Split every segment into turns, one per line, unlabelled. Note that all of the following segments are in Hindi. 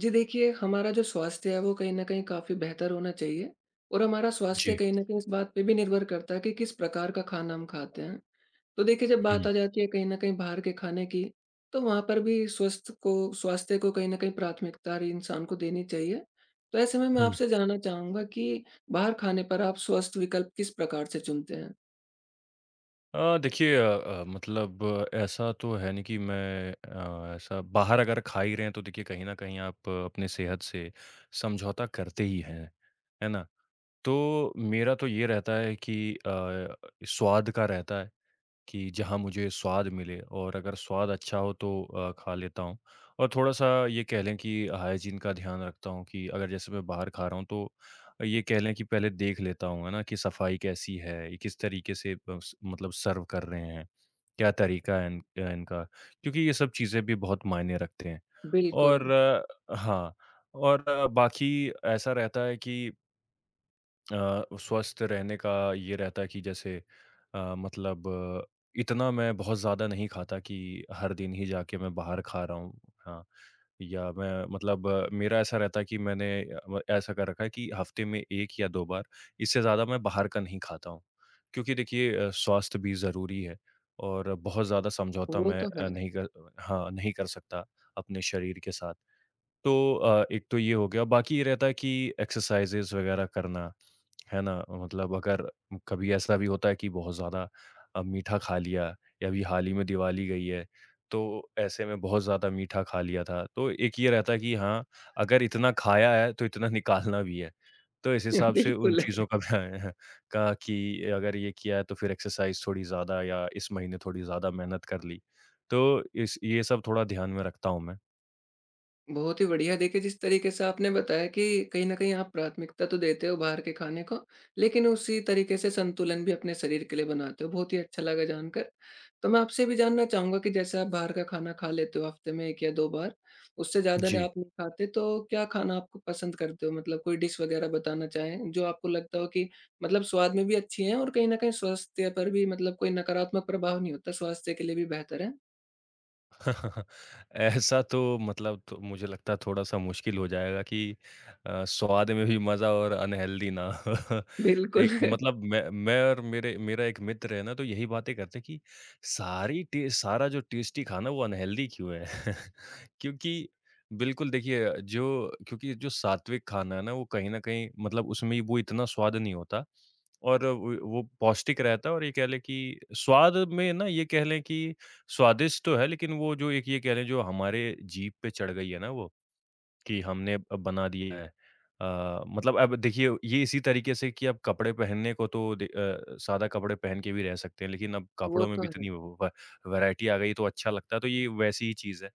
जी देखिए, हमारा जो स्वास्थ्य है वो कहीं न कहीं काफ़ी बेहतर होना चाहिए और हमारा स्वास्थ्य
जी।
कहीं न कहीं इस बात पे भी निर्भर करता है कि किस प्रकार का खाना हम खाते हैं। तो देखिए, जब बात
हुँ,
आ जाती है कहीं न कहीं बाहर के खाने की, तो वहाँ पर भी स्वस्थ को स्वास्थ्य को कहीं न कहीं प्राथमिकता हर इंसान को देनी चाहिए। तो ऐसे में मैं
हुँ।
आपसे जानना चाहूँगा कि बाहर खाने पर आप स्वस्थ विकल्प किस प्रकार से चुनते हैं?
देखिए मतलब ऐसा तो है नहीं कि मैं, ऐसा बाहर अगर खा ही रहे हैं तो देखिए कहीं न कहीं आप अपने सेहत से समझौता करते ही हैं। है ना? तो मेरा तो ये रहता है कि स्वाद का रहता है। कि जहाँ मुझे स्वाद मिले और अगर स्वाद अच्छा हो तो खा लेता हूँ और थोड़ा-सा ये कह लें कि हाइजीन का ध्यान रखता हूँ कि अगर जैसे मैं बाहर खा रहा हूँ तो ये कह लें कि पहले देख लेता हूँ, है ना? कि सफाई कैसी है, ये किस तरीके से बस मतलब सर्व कर रहे हैं, क्या तरीका है इनका? क्योंकि ये सब चीज़ें भी बहुत मायने रखते हैं
बिल्कुल,
और हाँ, और बाकी ऐसा रहता है कि स्वस्थ रहने का ये रहता है कि जैसे अ, मतलब अ, इतना मैं बहुत ज़्यादा नहीं खाता कि हर दिन ही जाके मैं बाहर खा रहा हूँ। हाँ। या मैं मतलब मेरा ऐसा रहता है कि ऐसा कर रखा है कि हफ्ते में एक या दो बार इससे ज़्यादा मैं बाहर का नहीं खाता हूँ, क्योंकि देखिए स्वास्थ्य भी ज़रूरी है और बहुत ज़्यादा समझौता
वो
मैं
तो है।
नहीं कर, हाँ नहीं कर सकता अपने शरीर के साथ। तो एक तो ये हो गया, बाकी ये रहता है कि एक्सरसाइजेज वगैरह करना। है ना? मतलब अगर कभी ऐसा भी होता है कि बहुत ज़्यादा मीठा खा लिया, या अभी हाल ही में दिवाली गई है, तो ऐसे में बहुत ज़्यादा मीठा खा लिया था। तो एक ये रहता है कि हाँ, अगर इतना खाया है तो इतना निकालना भी है। तो इस हिसाब से उन
बिल्कुल।
चीज़ों का भी- का कि अगर ये किया है तो फिर एक्सरसाइज़ थोड़ी ज़्यादा या इस महीने थोड़ी ज़्यादा मेहनत कर ली। तो इस ये सब थोड़ा ध्यान में रखता हूँ मैं।
बहुत ही बढ़िया। देखिए, जिस तरीके से आपने बताया कि कहीं न कहीं आप प्राथमिकता तो देते हो बाहर के खाने को, लेकिन उसी तरीके से संतुलन भी अपने शरीर के लिए बनाते हो। बहुत ही अच्छा लगा जानकर। तो मैं आपसे भी जानना चाहूँगा कि जैसे आप बाहर का खाना खा लेते हो हफ्ते में 1 या 2 बार, उससे ज़्यादा न
जी।
आप नहीं खाते, तो क्या खाना आपको पसंद करते हो? मतलब कोई डिश वग़ैरह बताना चाहें, जो आपको लगता हो कि मतलब स्वाद में भी अच्छी है और कहीं न कहीं स्वास्थ्य पर भी मतलब कोई नकारात्मक प्रभाव नहीं होता, स्वास्थ्य के लिए भी बेहतर है?
ऐसा तो मतलब, तो मुझे लगता है थोड़ा-सा मुश्किल हो जाएगा कि स्वाद में भी मज़ा और अनहेल्दी ना। एक
बिल्कुल,
मतलब मैं और मेरे मेरा एक मित्र है ना, तो यही बातें करते हैं कि सारी टे सारा जो टेस्टी खाना वो अनहेल्दी क्यों है? क्योंकि, बिल्कुल देखिए जो, क्योंकि जो सात्विक खाना है ना, वो कहीं न कहीं मतलब उसमें वो इतना स्वाद नहीं होता और वो पौष्टिक रहता है और ये कह लें कि स्वाद में ना, ये कह लें कि स्वादिष्ट तो है, लेकिन वो जो एक ये कह लें जो हमारे जीभ पे चढ़ गई है ना वो, कि हमने अब बना दिया है। मतलब, अब देखिए ये इसी तरीके से कि अब कपड़े पहनने को तो सादा कपड़े पहन के भी रह सकते हैं, लेकिन अब
वो
कपड़ों में
तो
भी
है।
इतनी व व वैरायटी आ गई तो अच्छा लगता है, तो ये वैसी ही चीज़ है।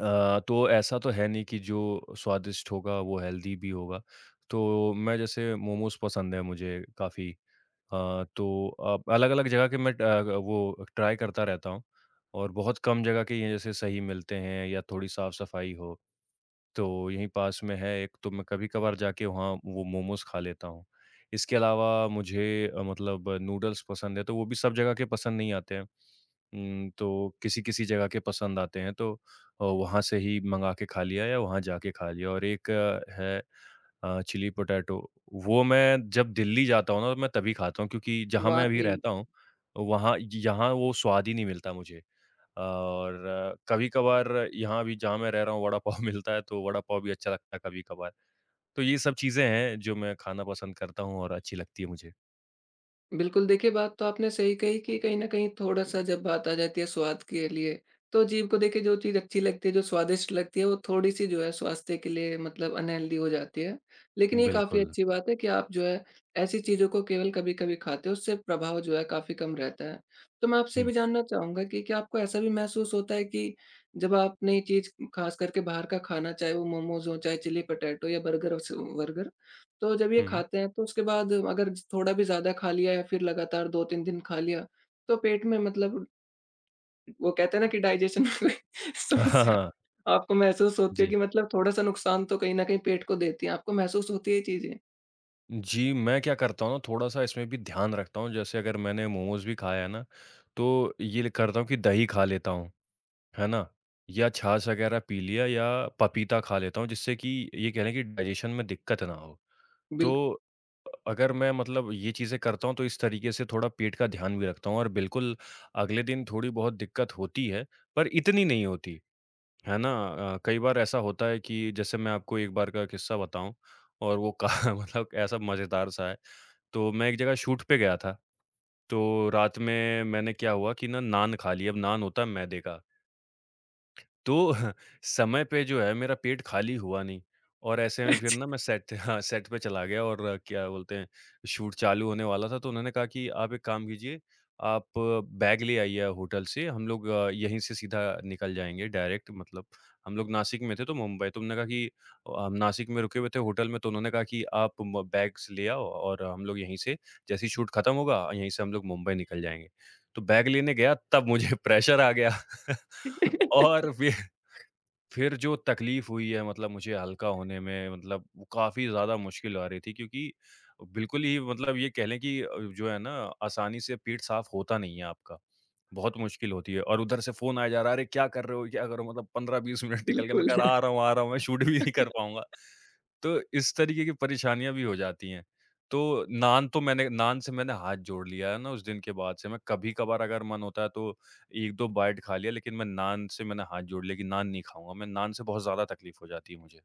तो ऐसा तो है नहीं कि जो स्वादिष्ट होगा वो हेल्दी भी होगा। तो मैं, जैसे मोमोज़ पसंद है मुझे काफ़ी। तो अब अलग-अलग जगह के वो ट्राई करता रहता हूँ, और बहुत कम जगह के ये जैसे सही मिलते हैं या थोड़ी साफ-सफाई हो। तो यहीं पास में है एक, तो मैं कभी-कभार जाके वहाँ वो मोमोज़ खा लेता हूँ। इसके अलावा मुझे मतलब नूडल्स पसंद है, तो वो भी सब जगह के पसंद नहीं आते हैं। तो किसी-किसी जगह के पसंद आते हैं, तो वहाँ से ही मँगा के खा लिया या वहाँ जाके खा लिया। और एक है चिली पोटैटो, वो मैं जब दिल्ली जाता हूँ ना तो मैं तभी खाता हूँ, क्योंकि जहाँ मैं अभी
वाक़ई।
रहता हूँ, वहाँ, यहाँ वो स्वाद ही नहीं मिलता मुझे। और कभी-कभार यहाँ भी जहाँ मैं रह रहा हूँ वड़ा पाव मिलता है, तो वड़ा पाव भी अच्छा लगता है कभी-कभार। तो ये सब चीज़ें हैं जो मैं खाना पसंद करता हूँ और अच्छी लगती है मुझे।
बिल्कुल, देखिए बात तो आपने सही कही कि कहीं न कहीं थोड़ा-सा जब बात आ जाती है स्वाद के लिए, तो जीभ को देखिए जो चीज़ अच्छी लगती है, जो स्वादिष्ट लगती है, वो थोड़ी-सी जो है स्वास्थ्य के लिए मतलब अनहेल्दी हो जाती है। लेकिन ये काफ़ी
बिल्कुल।
अच्छी बात है कि आप जो है ऐसी चीज़ों को केवल कभी-कभी खाते हो, उससे प्रभाव जो है काफ़ी कम रहता है। तो मैं आपसे ये
हुँ।
भी जानना चाहूँगा कि क्या आपको ऐसा भी महसूस होता है कि जब आप नई चीज़ ख़ास करके बाहर का खाना, चाहे वो मोमोज़ हो, चाहे चिली पटैटो या बर्गर, तो जब ये
हुँ, हुँ।
खाते हैं तो उसके बाद अगर थोड़ा भी ज़्यादा खा लिया या फिर लगातार 2-3 दिन खा लिया, तो पेट में मतलब वो कहते हैं ना कि डाइजेशन में कोई
हाँ, हाँ,
समस्या
हाँ।
आपको महसूस होती है
जी।
कि मतलब थोड़ा-सा नुकसान तो कहीं न कहीं पेट को देती है। आपको महसूस होती है ये चीज़ें?
जी, मैं क्या करता हूँ ना, थोड़ा-सा इसमें भी ध्यान रखता हूँ, जैसे अगर मैंने मोमोज़ भी खाया है ना, तो ये करता हूँ कि दही खा लेता हूँ, है ना? या छाछ वग़ैरह पी लिया, या पपीता खा लेता हूँ, जिससे कि ये कह लें कि डाइजेशन में दिक्कत ना हो।
बिल्कुल।
तो अगर मैं मतलब ये चीज़ें करता हूँ तो इस तरीके से थोड़ा पेट का ध्यान भी रखता हूँ, और बिल्कुल अगले दिन थोड़ी बहुत दिक्कत होती है, पर इतनी नहीं होती, है ना? कई बार ऐसा होता है कि जैसे, मैं आपको एक बार का किस्सा बताऊँ, और वो का मतलब ऐसा मज़ेदार सा है। तो मैं एक जगह शूट पे गया था, तो रात में मैंने, क्या हुआ कि ना, नान खा ली, अब नान होता है मैदे का। तो समय पे जो है मेरा पेट खाली हुआ नहीं, और ऐसे में फिर ना मैं सेट हाँ, सेट पे चला गया और क्या बोलते हैं, शूट चालू होने वाला था, तो उन्होंने कहा कि आप एक काम कीजिए, आप बैग ले आइए होटल से, हम लोग यहीं से सीधा निकल जाएंगे डायरेक्ट, मतलब हम लोग नासिक में थे तो मुंबई, तो उन्होंने कहा कि हम नासिक में रुके हुए थे होटल में, तो उन्होंने कहा कि आप बैग्स ले आओ और हम लोग यहीं से जैसे ही शूट खत्म होगा यहीं से हम लोग मुंबई निकल जाएंगे। तो बैग लेने गया तब मुझे प्रेशर आ गया। और फिर जो तकलीफ़ हुई है मतलब मुझे हल्का होने में, मतलब वो काफ़ी ज़्यादा मुश्किल आ रही थी, क्योंकि बिल्कुल ही मतलब ये कह लें कि जो है ना, आसानी से पेट साफ़ होता नहीं है आपका। बहुत मुश्किल होती है, और उधर से फ़ोन आया जा रहा है, "अरे! क्या कर रहे हो? क्या कर रहे हो?" मतलब 15-20 मिनट निकल गए। मैं
बिल्कुल।
कह रहा, "आ रहा हूँ, आ रहा हूँ।" मैं शूट भी नहीं कर पाऊँगा। तो इस तरीके की परेशानियाँ भी हो जाती हैं। तो नान तो, मैंने, नान से मैंने हाथ जोड़ लिया है ना उस दिन के बाद से। मैं कभी-कभार अगर मन होता है तो 1-2 बाइट खा लिया, लेकिन मैं नान से, मैंने हाथ जोड़ लिया कि नान नहीं खाऊँगा, मैं नान से, बहुत ज़्यादा तकलीफ़ हो जाती है मुझे।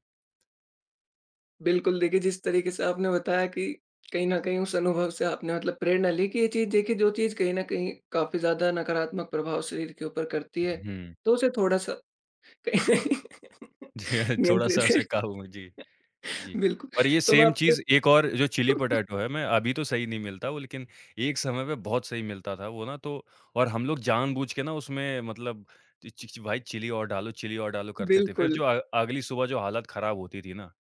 बिल्कुल, देखिए जिस तरीके से आपने बताया कि कहीं न कहीं उस अनुभव से आपने मतलब प्रेरणा ली कि ये चीज़ देखिए जो चीज़ कहीं न कहीं काफ़ी ज़्यादा नकारात्मक प्रभाव शरीर के ऊपर करती है,
हुँ,
तो उसे थोड़ा-सा
जी हाँ, थोड़ा-सा
नियंत्रित है,
उसे काबू में, जी, जी।
बिल्कुल।
और ये
तो मैं
सेम
आपसे
चीज़ एक और जो चिली पोटैटो है, मैं, अभी तो सही नहीं मिलता वो, लेकिन एक समय पे बहुत सही मिलता था वो ना, तो, और हम लोग जानबूझ के ना उसमें मतलब चि चि चि- भाई चिली और डालो करते थे। फिर
बिल्कुल,
जो अगली सुबह जो हालत ख़राब होती थी ना,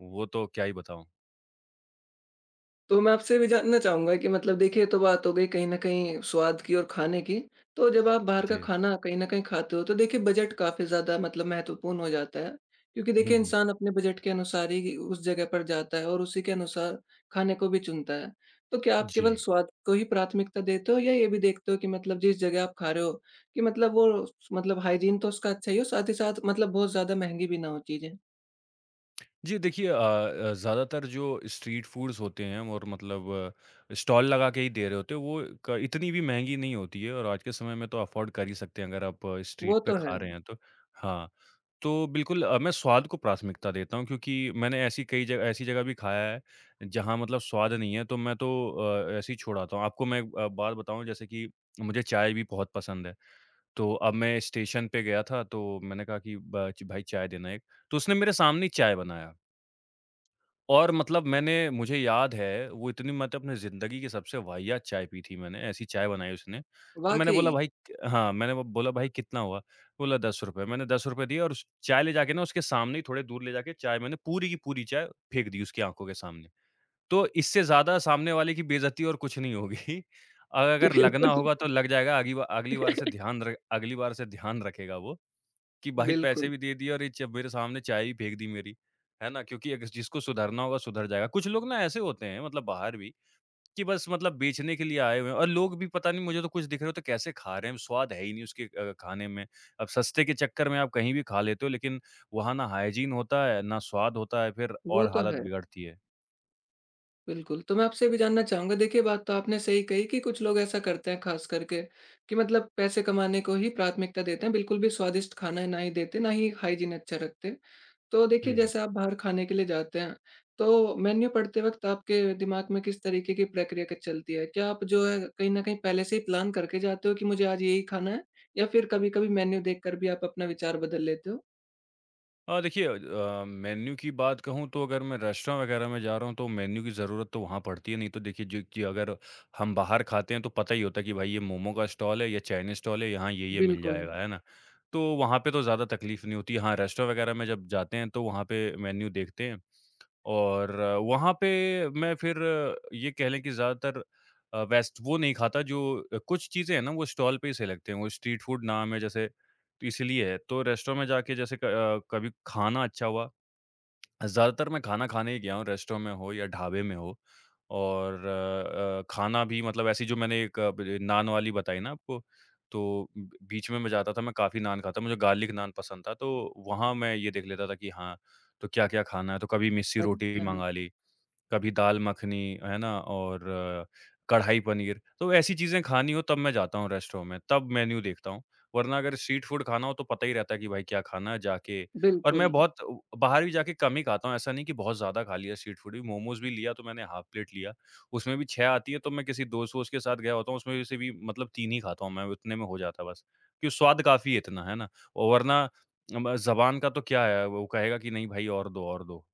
वो तो क्या ही बताऊँ।
तो मैं आपसे भी जानना चाहूँगा कि मतलब देखिए ये तो बात हो गई कहीं न कहीं स्वाद की और खाने की। तो जब आप बाहर का
जी।
खाना कहीं न कहीं खाते हो तो देखिए बजट काफ़ी ज़्यादा मतलब महत्वपूर्ण हो जाता है। क्योंकि
हुँ,
देखिए
हुँ।
इंसान अपने बजट के अनुसार ही उस जगह पर जाता है और उसी के अनुसार खाने को भी चुनता है। तो क्या आप
जी।
केवल स्वाद को ही प्राथमिकता देते हो या ये भी देखते हो कि मतलब जिस जगह आप खा रहे हो कि मतलब वो मतलब हाइजीन तो उसका अच्छा ही हो, साथ ही साथ मतलब बहुत ज़्यादा महँगी भी ना हो चीज़ें?
जी देखिए ज़्यादातर जो स्ट्रीट फूड्स होते हैं और मतलब स्टॉल लगा के ही दे रहे होते हैं वो, इतनी भी महंगी नहीं होती है, और आज के समय में तो अफोर्ड कर ही सकते हैं, अगर आप स्ट्रीट
वो
पे
तो है।
खा रहे हैं तो। हाँ, तो बिल्कुल मैं स्वाद को प्राथमिकता देता हूँ, क्योंकि मैंने ऐसी कई जगह, ऐसी जगह भी खाया है जहाँ मतलब स्वाद नहीं है, तो मैं तो ऐसे ही छोड़ाता हूँ। आपको मैं एक बात बताऊँ, जैसे कि मुझे चाय भी बहुत पसंद है, तो अब मैं स्टेशन पे गया था तो मैंने कहा कि भाई चाय देना एक।" तो उसने मेरे सामने ही चाय बनाया, और मतलब मैंने, मुझे याद है, वो इतनी, मतलब अपनी ज़िंदगी की सबसे वाहियात चाय पी थी मैंने, ऐसी चाय बनाई उसने। तो मैंने बोला,
वाक़ई।
"भाई हाँ," मैंने वो बोला, "भाई कितना हुआ?" बोला ₹10। मैंने ₹10 दिए, और उस चाय ले जाके ना, उसके सामने ही थोड़े दूर ले जाके, चाय मैंने पूरी की पूरी चाय फेंक दी उसकी आँखों के सामने। तो इससे ज़्यादा सामने वाले की बेइज़्ज़ती और कुछ नहीं होगी। अगर लगना
बिल्कुल,
होगा तो लग जाएगा, अगली बार से ध्यान र अगली बार से ध्यान रखेगा वो। कि भाई पैसे
बिल्कुल।
भी दे दिए, और ये च मेरे सामने चाय भी फेंक दी मेरी, है ना? क्योंकि अगर जिसको सुधरना होगा सुधर जाएगा। कुछ लोग ना ऐसे होते हैं मतलब बाहर भी कि बस मतलब बेचने के लिए आए हुए हैं और लोग भी पता नहीं मुझे तो कुछ दिख रहे हो तो कैसे खा रहे हैं, स्वाद है ही नहीं उसके खाने में। अब सस्ते के चक्कर में आप कहीं भी खा लेते हो लेकिन वहाँ ना हाइजीन होता है, ना स्वाद होता है फिर
वो
और
तो
हालत
है,
बिगड़ती है।
बिल्कुल। तो मैं आपसे ये भी जानना चाहूँगा, देखिए बात तो आपने सही कही कि कुछ लोग ऐसा करते हैं ख़ास करके कि मतलब पैसे कमाने को ही प्राथमिकता देते हैं, बिल्कुल भी स्वादिष्ट खाना ना ही देते, ना ही हाइजीन अच्छा रखते। तो देखिए,
हुँ, हुँ।
जैसे आप बाहर खाने के लिए जाते हैं, तो मेन्यू पढ़ते वक़्त आपके दिमाग में किस तरीके की प्रक्रिया क चलती है? क्या आप जो है कहीं न कहीं पहले से ही प्लान करके जाते हो कि मुझे आज यही खाना है या फिर कभी-कभी मेन्यू देखकर भी आप अपना विचार बदल लेते हो?
देखिए मेन्यू की बात कहूँ तो अगर मैं रेस्टोरेंट वगैरह में जा रहा हूँ तो मेन्यू की ज़रूरत तो वहाँ पड़ती है नहीं तो देखिए जो कि अगर हम बाहर खाते हैं तो पता ही होता है कि भाई ये मोमो का स्टॉल है या चाइनीज़ स्टॉल है यहाँ ये मिल
बिल्कुल। हुँ,
जाएगा
हुँ।
है ना। तो वहाँ पे तो ज़्यादा तकलीफ़ नहीं होती। हाँ, रेस्टोरेंट वगैरह में जब जाते हैं तो वहाँ पे मेन्यू देखते हैं और वहाँ पे मैं फिर ये कह लें कि ज़्यादातर वेस्ट वो नहीं खाता जो कुछ चीज़ें हैं ना वो स्टॉल पे ही सही लगते हैं, वो स्ट्रीट फूड नाम है जैसे तो इसीलिए है। तो रेस्टोरेंट में जाके जैसे कभी खाना अच्छा हुआ ज़्यादातर मैं खाना खाने ही गया हूँ, रेस्टों में हो या ढाबे में हो और खाना भी मतलब ऐसी जो मैंने एक अ, ब नान वाली बताई ना आपको, तो ब बीच में मैं जाता था, मैं काफ़ी नान खाता, मुझे गार्लिक नान पसंद था, तो वहाँ मैं ये देख लेता था कि हाँ, तो क्या-क्या खाना है, तो कभी मिस्सी रोटी भी
अच्छा।
मँगा ली। कभी दाल मखनी, है ना? और कढ़ाई पनीर, तो ऐसी चीज़ें खानी हो तब मैं जाता हूँ रेस्टोरेंट में, तब मेन्यू देखता हूँ। वरना अगर स्ट्रीट फूड खाना हो तो पता ही रहता है कि भाई क्या खाना है जाके और मैं
बिल्कुल।
बहुत बाहर भी जाके कम ही खाता हूँ, ऐसा नहीं कि बहुत ज़्यादा खा लिया स्ट्रीट फूड भी। मोमोज़ भी लिया तो मैंने हाफ प्लेट लिया, उसमें भी 6 आती है तो मैं किसी दोस्त-वोस्त के साथ गया होता हूँ, उसमें से भी मतलब 3 ही खाता हूँ मैं, उतने में हो जाता है बस। क्यों स्वाद काफ़ी है इतना, है ना? और वरना ज़बान का तो क्या है, वो कहेगा कि नहीं भाई और दो, और दो।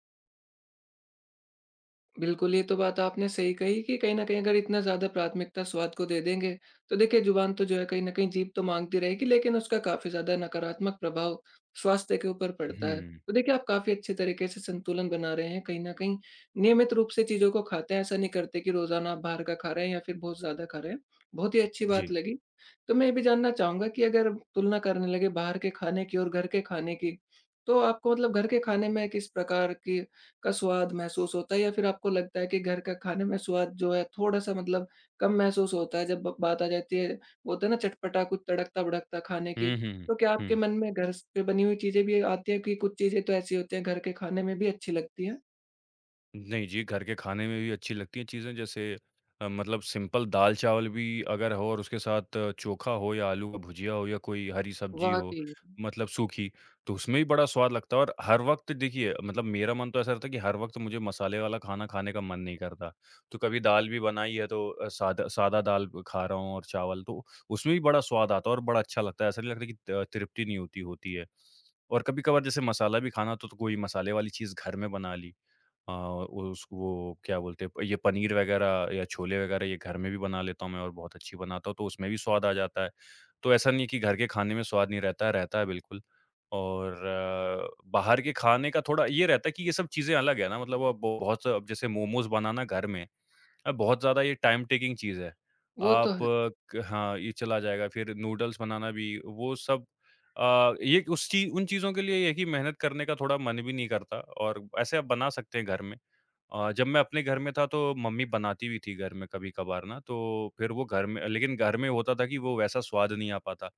बिल्कुल, ये तो बात आपने सही कही कि कहीं न कहीं अगर इतना ज़्यादा प्राथमिकता स्वाद को दे देंगे, तो देखिए ज़ुबान तो जो है कहीं न कहीं जीभ तो माँगती रहेगी, लेकिन उसका काफ़ी ज़्यादा नकारात्मक प्रभाव स्वास्थ्य के ऊपर पड़ता
हुँ,
है। तो देखिए आप काफ़ी अच्छे तरीके से संतुलन बना रहे हैं, कहीं न कहीं नियमित रूप से चीज़ों को खाते हैं, ऐसा नहीं करते कि रोज़ाना आप बाहर का खा रहे हैं या फिर बहुत ज़्यादा खा रहे हैं। बहुत ही अच्छी बात
जी।
लगी। तो मैं ये भी जानना चाहूँगा कि अगर तुलना करने लगे बाहर के खाने की और घर के खाने की, तो आपको मतलब घर के खाने में किस प्रकार की का स्वाद महसूस होता है, या फिर आपको लगता है कि घर का खाने में स्वाद जो है थोड़ा-सा मतलब कम महसूस होता है जब ब बात आ जाती है, बोलते हैं ना, चटपटा कुछ तड़कता-भड़कता खाने की।
हुँ, हुँ,
तो क्या आपके
हुँ।
मन में घर स पे बनी हुई चीज़ें भी आती हैं कि कुछ चीज़ें तो ऐसी होती हैं घर के खाने में भी अच्छी लगती हैं?
नहीं जी, घर के खाने में भी अच्छी लगती हैं चीज़ें जैसे मतलब सिंपल दाल-चावल भी अगर हो और उसके साथ चोखा हो या आलू का भुजिया हो या कोई हरी सब्जी हो,
वाक़ई।
मतलब सूखी, तो उसमें भी बड़ा स्वाद लगता है और हर वक़्त देखिए मतलब मेरा मन तो ऐसा रहता है कि हर वक़्त मुझे मसाले वाला खाना खाने का मन नहीं करता। तो कभी दाल भी बनाई है तो सादा सादा दाल खा रहा हूँ और चावल तो उसमें भी बड़ा स्वाद आता है और बड़ा अच्छा लगता है। ऐसा नहीं लगता कि त तृप्ति नहीं होती होती है। और कभी-कभार जैसे मसाला भी खाना तो कोई मसाले वाली चीज़ घर में बना ली। अ, उस वो क्या बोलते हैं ये पनीर वगैरह या छोले वगैरह ये घर में भी बना लेता हूँ मैं और बहुत अच्छी बनाता हूँ, तो उसमें भी स्वाद आ जाता है। तो ऐसा नहीं है कि घर के खाने में स्वाद नहीं रहता है, रहता है बिल्कुल। और बाहर के खाने का थोड़ा ये रहता है कि ये सब चीज़ें अलग है ना मतलब अब बहुत अब जैसे मोमोज़ बनाना घर में, अब बहुत ज़्यादा ये टाइम टेकिंग चीज़ है।
वो तो
आप
है।
आ, क हाँ, ये चला जाएगा फिर नूडल्स बनाना भी वो सब ये उस ची उन चीज़ों के लिए ये है कि मेहनत करने का थोड़ा मन भी नहीं करता और ऐसे आप बना सकते हैं घर में। जब मैं अपने घर में था तो मम्मी बनाती हुई थी घर में कभी-कभार ना, तो फिर वो घर में लेकिन घर में होता था कि वो वैसा स्वाद नहीं आ पाता।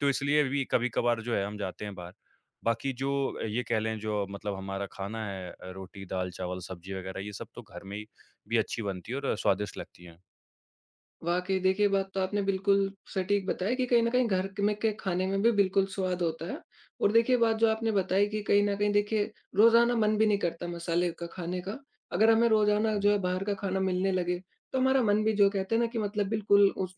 तो इसलिए भी कभी-कभार जो है हम जाते हैं बाहर। बाकी जो ये कह लें जो मतलब हमारा खाना है रोटी, दाल, चावल, सब्ज़ी वग़ैरह ये सब तो घर में ही भी अच्छी बनती है और स्वादिष्ट लगती हैं।
वाक़ई देखिए, बात तो आपने बिल्कुल सटीक बताई कि कहीं न कहीं घर क में के खाने में भी बिल्कुल स्वाद होता है। और देखिए, बात जो आपने बताई कि कहीं न कहीं देखिए रोज़ाना मन भी नहीं करता मसाले का खाने का। अगर हमें रोज़ाना जो है बाहर का खाना मिलने लगे, तो हमारा मन भी जो कहते हैं ना कि मतलब बिल्कुल उस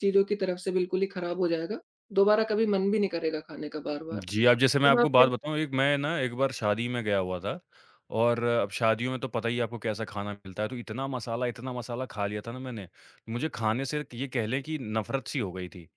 चीज़ों की तरफ से बिल्कुल ही खराब हो जाएगा। दोबारा कभी मन भी नहीं करेगा खाने का बार-बार।
जी, अब जैसे मैं
तो मैं
आपको
आपसे
बात बताऊँ एक मैं ना एक बार शादी में गया हुआ था और अब शादियों में तो पता ही है आपको कैसा खाना मिलता है, तो इतना मसाला खा लिया था ना मैंने, मुझे खाने से ये कह लें कि नफ़रत-सी हो गई थी।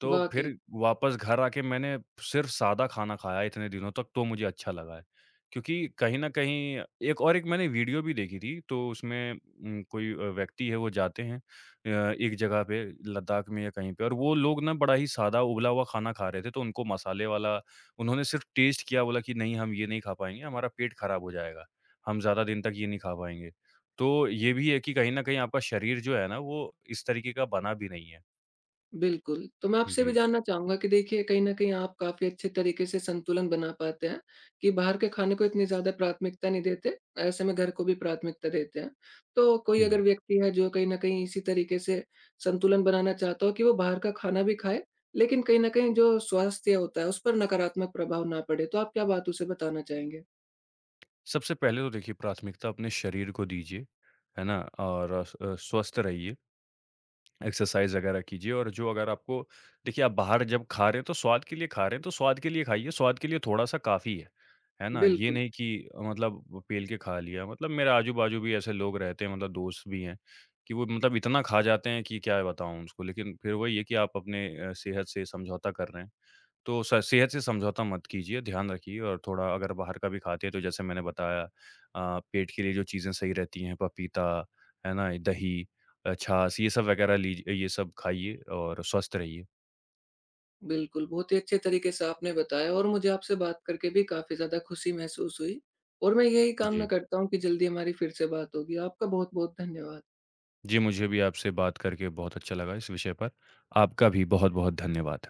तो
वाक़ई।
फिर वापस घर आके मैंने सिर्फ़ सादा खाना खाया इतने दिनों तक, तो मुझे अच्छा लगा है। क्योंकि कहीं न कहीं एक और एक मैंने वीडियो भी देखी थी, तो उसमें कोई व्यक्ति है, वो जाते हैं एक जगह पे, लद्दाख में या कहीं पे और वो लोग ना बड़ा ही सादा उबला हुआ खाना खा रहे थे, तो उनको मसाले वाला उन्होंने सिर्फ़ टेस्ट किया, बोला कि, "नहीं, हम ये नहीं खा पाएँगे, हमारा पेट खराब हो जाएगा। हम ज़्यादा दिन तक ये नहीं खा पाएँगे।" तो ये भी है कि कहीं न कहीं आपका शरीर जो है ना, वो इस तरीके का बना भी नहीं है।
बिल्कुल, तो मैं आपसे भी
जी।
जानना चाहूँगा कि देखिए कहीं न कहीं आप काफ़ी अच्छे तरीके से संतुलन बना पाते हैं, कि बाहर के खाने को इतनी ज़्यादा प्राथमिकता नहीं देते, ऐसे में घर को भी प्राथमिकता देते हैं। तो कोई
हुँ।
अगर व्यक्ति है जो कहीं न कहीं इसी तरीके से संतुलन बनाना चाहता हो कि वो बाहर का खाना भी खाए, लेकिन कहीं न कहीं जो स्वास्थ्य होता है उस पर नकारात्मक प्रभाव ना पड़े, तो आप क्या बात उसे बताना चाहेंगे?
सबसे पहले तो देखिए प्राथमिकता अपने शरीर को दीजिए, है ना? और स्वस्थ रहिए, एक्सरसाइज़ वगैरह कीजिए और जो अगर आपको देखिए आप बाहर जब खा रहे हैं तो स्वाद के लिए खा रहे हैं तो स्वाद के लिए खाइए, स्वाद के लिए थोड़ा-सा काफ़ी है ना? ये
बिल्कुल।
नहीं कि मतलब वो पेल के खा लिया, मतलब मेरे आजू-बाजू भी ऐसे लोग रहते हैं मतलब दोस्त भी हैं, कि वो मतलब इतना खा जाते हैं कि क्या बताऊँ उसको? लेकिन फिर वही है कि आप अपने सेहत से समझौता कर रहे हैं। तो स सेहत से समझौता मत कीजिए, ध्यान रखिए और थोड़ा अगर बाहर का भी खाते हैं तो जैसे मैंने बताया पेट के लिए जो चीज़ें सही रहती हैं पपीता, है ना? दही छाछ ये सब वगैरह लीजिए ये सब खाइए और स्वस्थ रहिए।
बिल्कुल, बहुत ही अच्छे तरीके से आपने बताया और मुझे आपसे बात करके भी काफ़ी ज़्यादा खुशी महसूस हुई और मैं यही कामना
जी।
करता हूँ कि जल्दी हमारी फिर से बात होगी। आपका बहुत-बहुत धन्यवाद।
जी, मुझे भी आपसे बात करके बहुत अच्छा लगा इस विषय पर। आपका भी बहुत-बहुत धन्यवाद।